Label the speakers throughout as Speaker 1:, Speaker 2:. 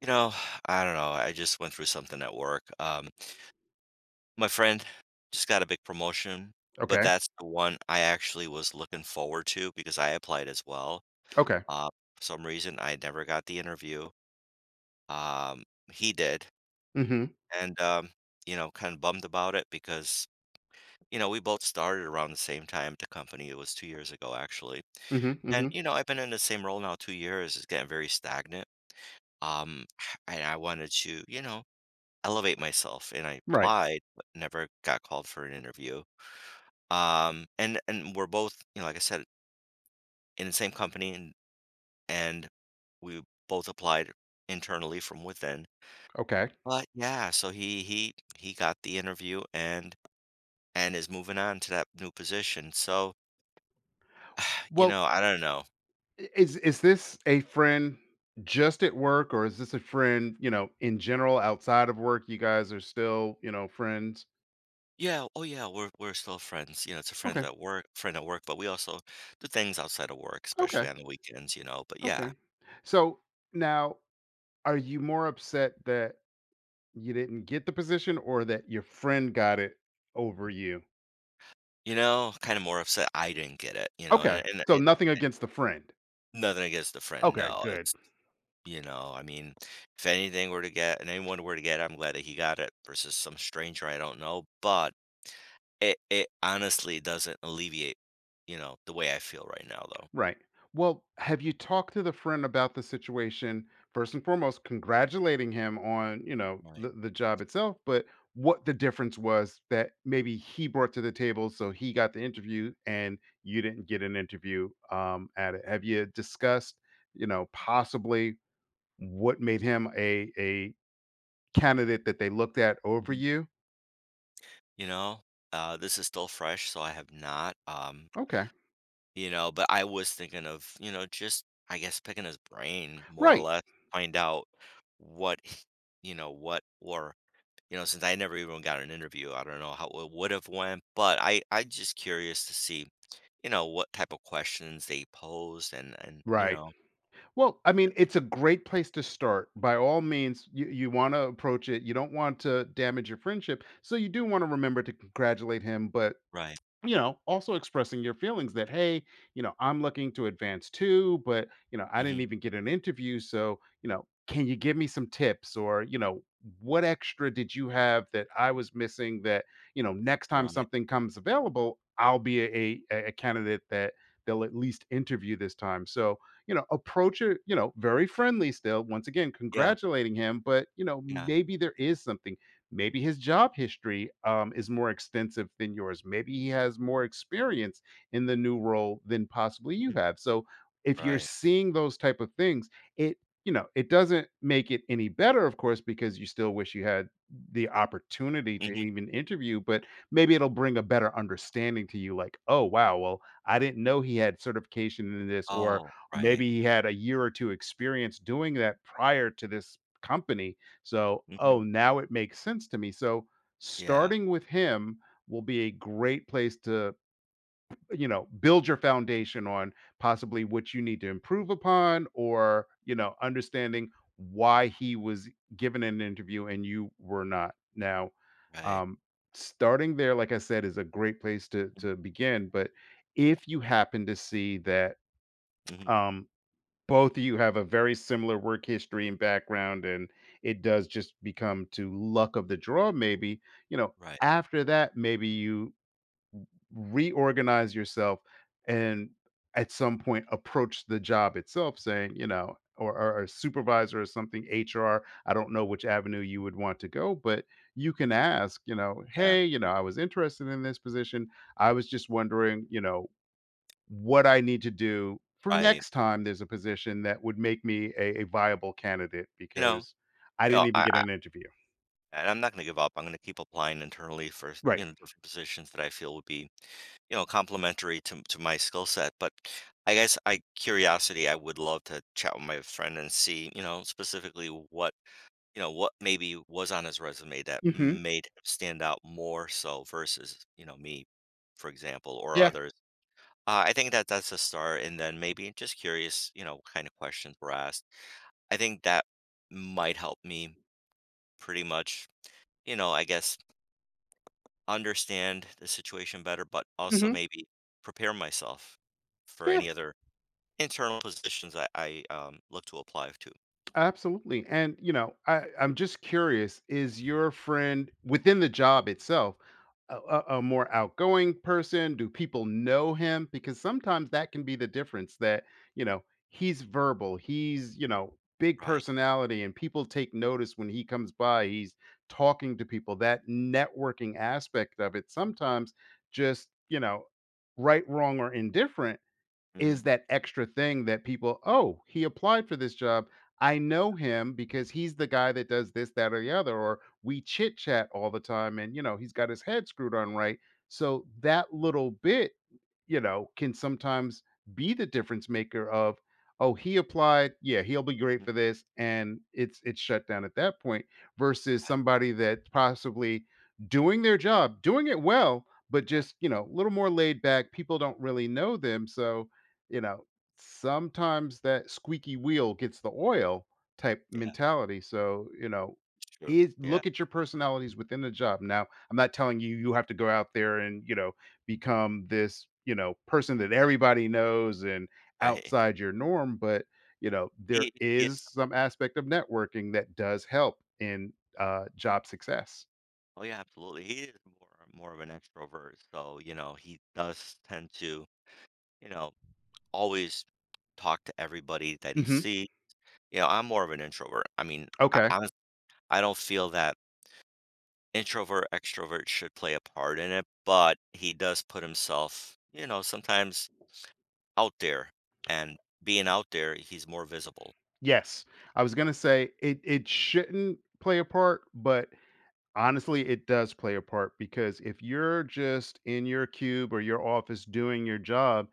Speaker 1: You know, I don't know. I just went through something at work. My friend just got a big promotion, but
Speaker 2: Okay.
Speaker 1: that's the one I actually was looking forward to because I applied as well.
Speaker 2: Okay.
Speaker 1: Uh, for some reason, I never got the interview. Um, he did,
Speaker 2: Mhm.
Speaker 1: and you know, kind of bummed about it because you know we both started around the same time at the company. It was 2 years ago, actually.
Speaker 2: Mhm.
Speaker 1: And
Speaker 2: Mhm.
Speaker 1: you know, I've been in the same role now 2 years. It's getting very stagnant. Um, and I wanted to, you know, elevate myself, and I
Speaker 2: Right.
Speaker 1: applied, but never got called for an interview. And we're both, you know, like I said, in the same company, and and we both applied internally from within.
Speaker 2: Okay.
Speaker 1: But yeah, so he got the interview and is moving on to that new position. So, you
Speaker 2: Well,
Speaker 1: know, I don't know.
Speaker 2: is this a friend just at work, or is this a friend, you know, in general outside of work? You guys are still, you know, friends.
Speaker 1: Yeah, oh yeah, we're still friends. You know, it's a
Speaker 2: Okay.
Speaker 1: friend at work, but we also do things outside of work, especially
Speaker 2: Okay.
Speaker 1: on the weekends, But yeah,
Speaker 2: Okay. So now, are you more upset that you didn't get the position, or that your friend got it over you?
Speaker 1: you know, kind of more upset I didn't get it, you know,
Speaker 2: Okay.
Speaker 1: and,
Speaker 2: So
Speaker 1: and
Speaker 2: nothing against the friend.
Speaker 1: nothing against the friend,
Speaker 2: Okay.
Speaker 1: no,
Speaker 2: Good.
Speaker 1: it's, I mean, if anything were to get and anyone were to get I'm glad that he got it versus some stranger I don't know, but it honestly doesn't alleviate, you know, the way I feel right now, though.
Speaker 2: Right. Well, have you talked to the friend about the situation? First and foremost, congratulating him on, you know,
Speaker 1: Right,
Speaker 2: the job itself, but what the difference was that maybe he brought to the table. So he got the interview and you didn't get an interview at it. Have you discussed, you know, possibly what made him a candidate that they looked at over
Speaker 1: mhm.
Speaker 2: you?
Speaker 1: You know? This is still fresh, so I have not,
Speaker 2: Okay.
Speaker 1: you know, but I was thinking of, you know, just, I guess, picking his brain more or
Speaker 2: Right.
Speaker 1: less, find out what h you know, what or you know, since I never even got an interview, I don't know how it would have went, but I just curious to see, you know, what type of questions they posed and you
Speaker 2: Right.
Speaker 1: know,
Speaker 2: Well, I mean, it's a great place to start. By all means, you want to approach it. You don't want to damage your friendship. So you do want to remember to congratulate him, but
Speaker 1: right.
Speaker 2: you know, also expressing your feelings that, hey, you know, I'm looking to advance too, but, you know, I didn't
Speaker 1: Mhm.
Speaker 2: even get an interview. So, you know, can you give me some tips or, you know, what extra did you have that I was missing that, you know, next time
Speaker 1: Right.
Speaker 2: something comes available, I'll be a candidate that they'll at least interview this time. So, you know, approach it, you know, very friendly still. Once again,
Speaker 1: Yeah.
Speaker 2: congratulating him, but, you know,
Speaker 1: Yeah.
Speaker 2: maybe there is something. Maybe his job history is more extensive than yours. Maybe he has more experience in the new role than possibly you
Speaker 1: Mm.
Speaker 2: have. So if you're
Speaker 1: Right.
Speaker 2: seeing those type of things, it you know it doesn't make it any better, of course, because you still wish you had the opportunity to
Speaker 1: Mhm.
Speaker 2: even interview. But maybe it'll bring a better understanding to you. Like, oh wow, well I didn't know he had certification in this, or
Speaker 1: Oh, right.
Speaker 2: maybe he had a year or two experience doing that prior to this company so,
Speaker 1: Mhm.
Speaker 2: oh, now it makes sense to me. So,
Speaker 1: Yeah.
Speaker 2: starting with him will be a great place to, you know, build your foundation on possibly what you need to improve upon or, you know, understanding why he was given an interview and you were not. Now,
Speaker 1: Right.
Speaker 2: um, starting there, like I said, is a great place to begin. But if you happen to see that
Speaker 1: Mhm.
Speaker 2: um both of you have a very similar work history and background, and it does just become to luck of the draw, maybe. You know,
Speaker 1: Right.
Speaker 2: after that, maybe you reorganize yourself and at some point approach the job itself saying, you know, or a supervisor or something, HR. I don't know which avenue you would want to go, but you can ask, you know,
Speaker 1: Yeah.
Speaker 2: hey, you know, I was interested in this position. I was just wondering, you know, what I need to do for
Speaker 1: Right.
Speaker 2: next time there's a position that would make me a viable candidate
Speaker 1: You know,
Speaker 2: because I
Speaker 1: you
Speaker 2: didn't
Speaker 1: know,
Speaker 2: even
Speaker 1: I
Speaker 2: get an interview.
Speaker 1: And I'm not gonna give up. I'm gonna keep applying internally for,
Speaker 2: Right.
Speaker 1: you know, different positions that I feel would be, you know, complementary to my skill set. But I guess I curiosity, I would love to chat with my friend and see, you know, specifically what, you know, what maybe was on his resume that
Speaker 2: Mhm.
Speaker 1: made him stand out more so versus, you know, me, for example, or
Speaker 2: Yeah.
Speaker 1: others. I think that that's a start, and then maybe just curious, you know, what kind of questions were asked. I think that might help me pretty much, you know, I guess understand the situation better, but also
Speaker 2: Mhm.
Speaker 1: maybe prepare myself for
Speaker 2: Yeah.
Speaker 1: any other internal positions I look to apply to.
Speaker 2: Absolutely. And, you know, I'm just curious, is your friend within the job itself a more outgoing person? Do people know him? Because sometimes that can be the difference that, you know, he's verbal, he's, you know, big
Speaker 1: Right.
Speaker 2: personality, and people take notice when he comes by. He's talking to people. That networking aspect of it sometimes just, you know, right, wrong, or indifferent
Speaker 1: Hmm.
Speaker 2: is that extra thing that people, "Oh, he applied for this job. I know him because he's the guy that does this, that, or the other," or "We chit chat all the time and, you know, he's got his head screwed on right." So that little bit, you know, can sometimes be the difference maker of, "Oh, he applied. Yeah, he'll be great for this," and it's shut down at that point versus
Speaker 1: Right.
Speaker 2: somebody that's possibly doing their job, doing it well, but
Speaker 1: Yeah.
Speaker 2: just, you know, a little more laid back. People don't really know them. So you know, sometimes that squeaky wheel gets the oil type
Speaker 1: Yeah.
Speaker 2: mentality. So, you know,
Speaker 1: That's true.
Speaker 2: is
Speaker 1: Yeah.
Speaker 2: look at your personalities within the job. Now, I'm not telling you you have to go out there and, you know, become this, you know, person that everybody knows and
Speaker 1: I,
Speaker 2: outside your norm, but you know, there
Speaker 1: he, he
Speaker 2: is
Speaker 1: is.
Speaker 2: some aspect of networking that does help in job success.
Speaker 1: Oh yeah, absolutely. He is more of an extrovert, so you know he does tend to you know always talk to everybody that he
Speaker 2: Mhm.
Speaker 1: sees. You know, I'm more of an introvert. I mean,
Speaker 2: Okay.
Speaker 1: I'm I don't feel that introvert extrovert should play a part in it but he does put himself you know sometimes out there and being out there he's more visible.
Speaker 2: Yes. I was going to say it shouldn't play a part, but honestly, it does play a part because if you're just in your cube or your office doing your job,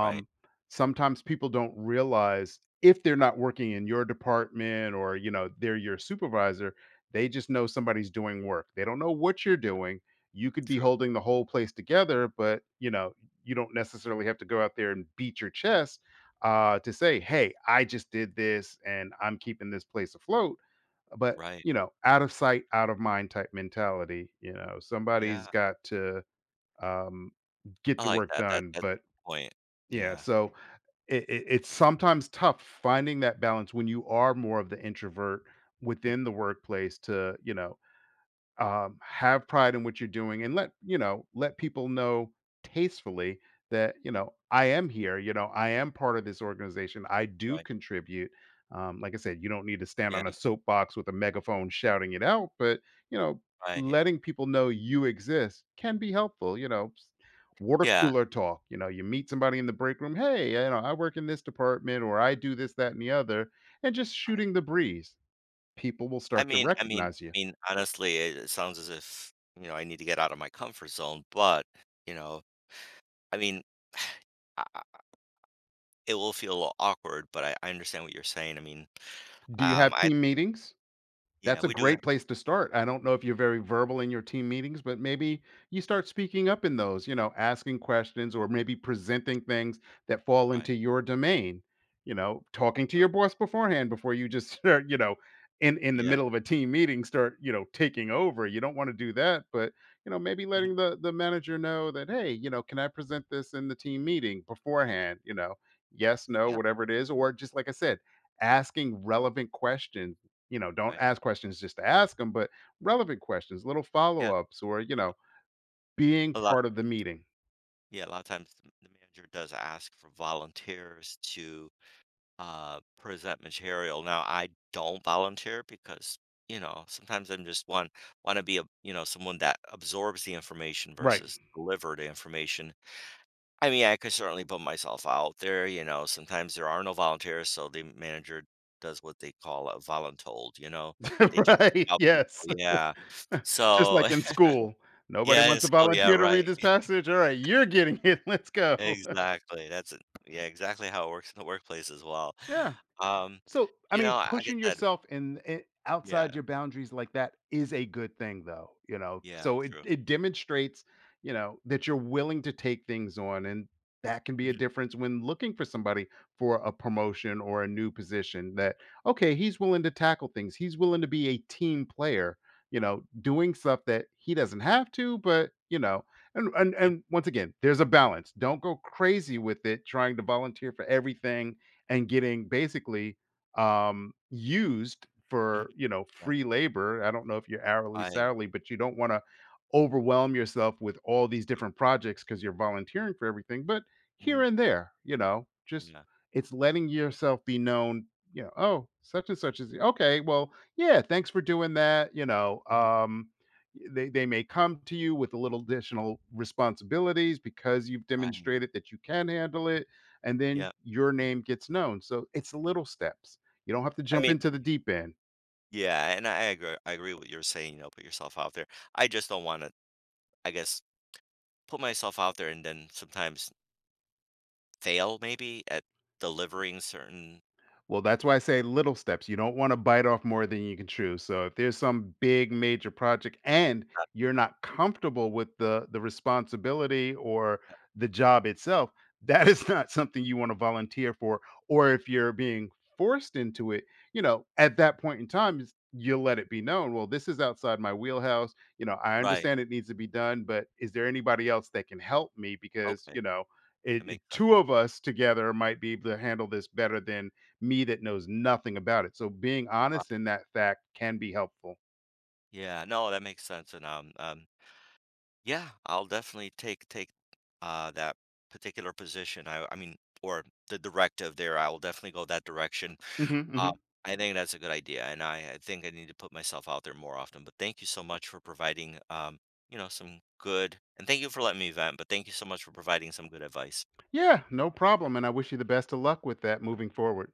Speaker 1: Right,
Speaker 2: sometimes people don't realize if they're not working in your department or you know they're your supervisor, they just know somebody's doing work. They don't know what you're doing. You could be
Speaker 1: true,
Speaker 2: holding the whole place together, but you know you don't necessarily have to go out there and beat your chest to say, "Hey, I just did this, and I'm keeping this place afloat." But
Speaker 1: right,
Speaker 2: you know, out of sight, out of mind type mentality. You know,
Speaker 1: yeah,
Speaker 2: somebody's got to um, get
Speaker 1: I
Speaker 2: the
Speaker 1: like
Speaker 2: work
Speaker 1: that that
Speaker 2: done.
Speaker 1: that's
Speaker 2: But
Speaker 1: a good point,
Speaker 2: yeah,
Speaker 1: yeah.
Speaker 2: so it's sometimes tough finding that balance when you are more of the introvert
Speaker 1: Mm,
Speaker 2: within the workplace to, you know, have pride in what you're doing and let you know let people know tastefully that you know I am here, you know I am part of this organization, I do
Speaker 1: right,
Speaker 2: contribute. Like I said, you don't need to stand
Speaker 1: yeah,
Speaker 2: on a soapbox with a megaphone shouting it out, but you know,
Speaker 1: right,
Speaker 2: letting people know you exist can be helpful, you know. Water
Speaker 1: yeah,
Speaker 2: cooler talk, you know, you meet somebody in the break room, hey, you know, I work in this department or I do this, that and the other, and just
Speaker 1: right.
Speaker 2: shooting the breeze, people will
Speaker 1: i
Speaker 2: start to
Speaker 1: mean i mean
Speaker 2: recognize you.
Speaker 1: i mean honestly it, it sounds as if you know I need to get out of my comfort zone but you know I mean I, I- it will feel a little awkward but I understand what you're saying I mean
Speaker 2: Do you have
Speaker 1: I
Speaker 2: team meetings?
Speaker 1: yeah
Speaker 2: That's a
Speaker 1: we do have
Speaker 2: great place to start. I don't know if you're very verbal in your team meetings, but maybe you start speaking up in those, you know, asking questions or maybe presenting things that fall
Speaker 1: right.
Speaker 2: into your domain. You know, talking to
Speaker 1: True.
Speaker 2: your boss beforehand before you just start, you know, in the
Speaker 1: Yeah.
Speaker 2: middle of a team meeting start, you know, taking over. You don't want to do that, but you know, maybe
Speaker 1: Mhm.
Speaker 2: letting the manager know that, "Hey, you know, can I present this in the team meeting
Speaker 1: Oh,
Speaker 2: beforehand?" You know, yes, no,
Speaker 1: yeah,
Speaker 2: whatever it is, or just like I said, asking relevant questions, you know, don't
Speaker 1: right.
Speaker 2: ask questions just to ask them, but relevant questions, little
Speaker 1: Yeah,
Speaker 2: follow-ups or, you know, being
Speaker 1: a lot
Speaker 2: part of the meeting.
Speaker 1: yeah, a lot of times th the manager does ask for volunteers to, present material. Now, I don't volunteer because, you know, sometimes I'm just one wanna be a you know, someone that absorbs the information
Speaker 2: Right.
Speaker 1: versus deliver the information. I mean, I could certainly put myself out there, you know, sometimes there are no volunteers, so the manager does what they call a voluntold, you know? They just pick
Speaker 2: Right.
Speaker 1: out people
Speaker 2: Yes.
Speaker 1: yeah.
Speaker 2: Just
Speaker 1: So
Speaker 2: like in school. Nobody
Speaker 1: yeah, in
Speaker 2: wants to
Speaker 1: school, yeah,
Speaker 2: volunteer to read
Speaker 1: right.
Speaker 2: this passage. All right, you're getting it. Let's go.
Speaker 1: Exactly, that's it. Yeah, exactly how it works in the workplace as well.
Speaker 2: Yeah.
Speaker 1: Um,
Speaker 2: So, I
Speaker 1: you know,
Speaker 2: mean,
Speaker 1: I like I get
Speaker 2: pushing
Speaker 1: that
Speaker 2: yourself in I outside
Speaker 1: yeah,
Speaker 2: your boundaries like that is a good thing though, you know?
Speaker 1: yeah,
Speaker 2: So it
Speaker 1: true.
Speaker 2: it demonstrates, you know, that you're willing to take things on, and that can be a
Speaker 1: Mhm,
Speaker 2: difference when looking for somebody for a promotion or a new position that, okay, he's willing to tackle things. He's willing to be a team player, you know, doing stuff that he doesn't have to, but you know, and and
Speaker 1: mhm,
Speaker 2: and once again, there's a balance. Don't go crazy with it trying to volunteer for everything and getting basically used
Speaker 1: mhm,
Speaker 2: for you know
Speaker 1: yeah,
Speaker 2: free labor. I don't know if you're hourly,
Speaker 1: right,
Speaker 2: salary, but you don't want to overwhelm yourself with all these different projects because you're volunteering for everything. But
Speaker 1: mhm,
Speaker 2: here and there, you know, just
Speaker 1: yeah,
Speaker 2: it's letting yourself be known. You know, oh, such and such is okay. Well, yeah, thanks for doing that. You know,
Speaker 1: mhm,
Speaker 2: they may come to you with a little additional responsibilities because you've
Speaker 1: right,
Speaker 2: demonstrated that you can handle it, and then
Speaker 1: yeah.
Speaker 2: your name gets known. So it's little steps. You don't have to
Speaker 1: I
Speaker 2: jump
Speaker 1: mean
Speaker 2: into the deep end.
Speaker 1: yeah, and I agree with you're saying, you know, put yourself out there. I just don't wanna, I guess, put myself out there and then sometimes fail maybe at delivering certain
Speaker 2: Well, that's why I say little steps. You don't want to bite off more than you can chew. So if there's some big major project and
Speaker 1: uh,
Speaker 2: you're not comfortable with the responsibility or the job itself, that is not something you want to volunteer for. Or if you're being forced into it, you know, at that point in time, you'll let it be known. Well, this is outside my wheelhouse. You know, I
Speaker 1: right,
Speaker 2: understand it needs to be done, but is there anybody else that can help me? Because
Speaker 1: okay,
Speaker 2: you know,
Speaker 1: that makes sense,
Speaker 2: two of us together might be able to handle this better than me that knows nothing about it. So being honest
Speaker 1: right.
Speaker 2: in that fact can be helpful.
Speaker 1: Yeah, no, that makes sense, and, yeah, I'll definitely take that particular position. I mean, or the directive there. I will definitely go that direction.
Speaker 2: hmm hmm
Speaker 1: Uh, I think that's a good idea, and I think I need to put myself out there more often. But thank you so much for providing you know, some good and thank you for letting me vent, but thank you so much for providing some good advice.
Speaker 2: Yeah, no problem. And I wish you the best of luck with that moving forward.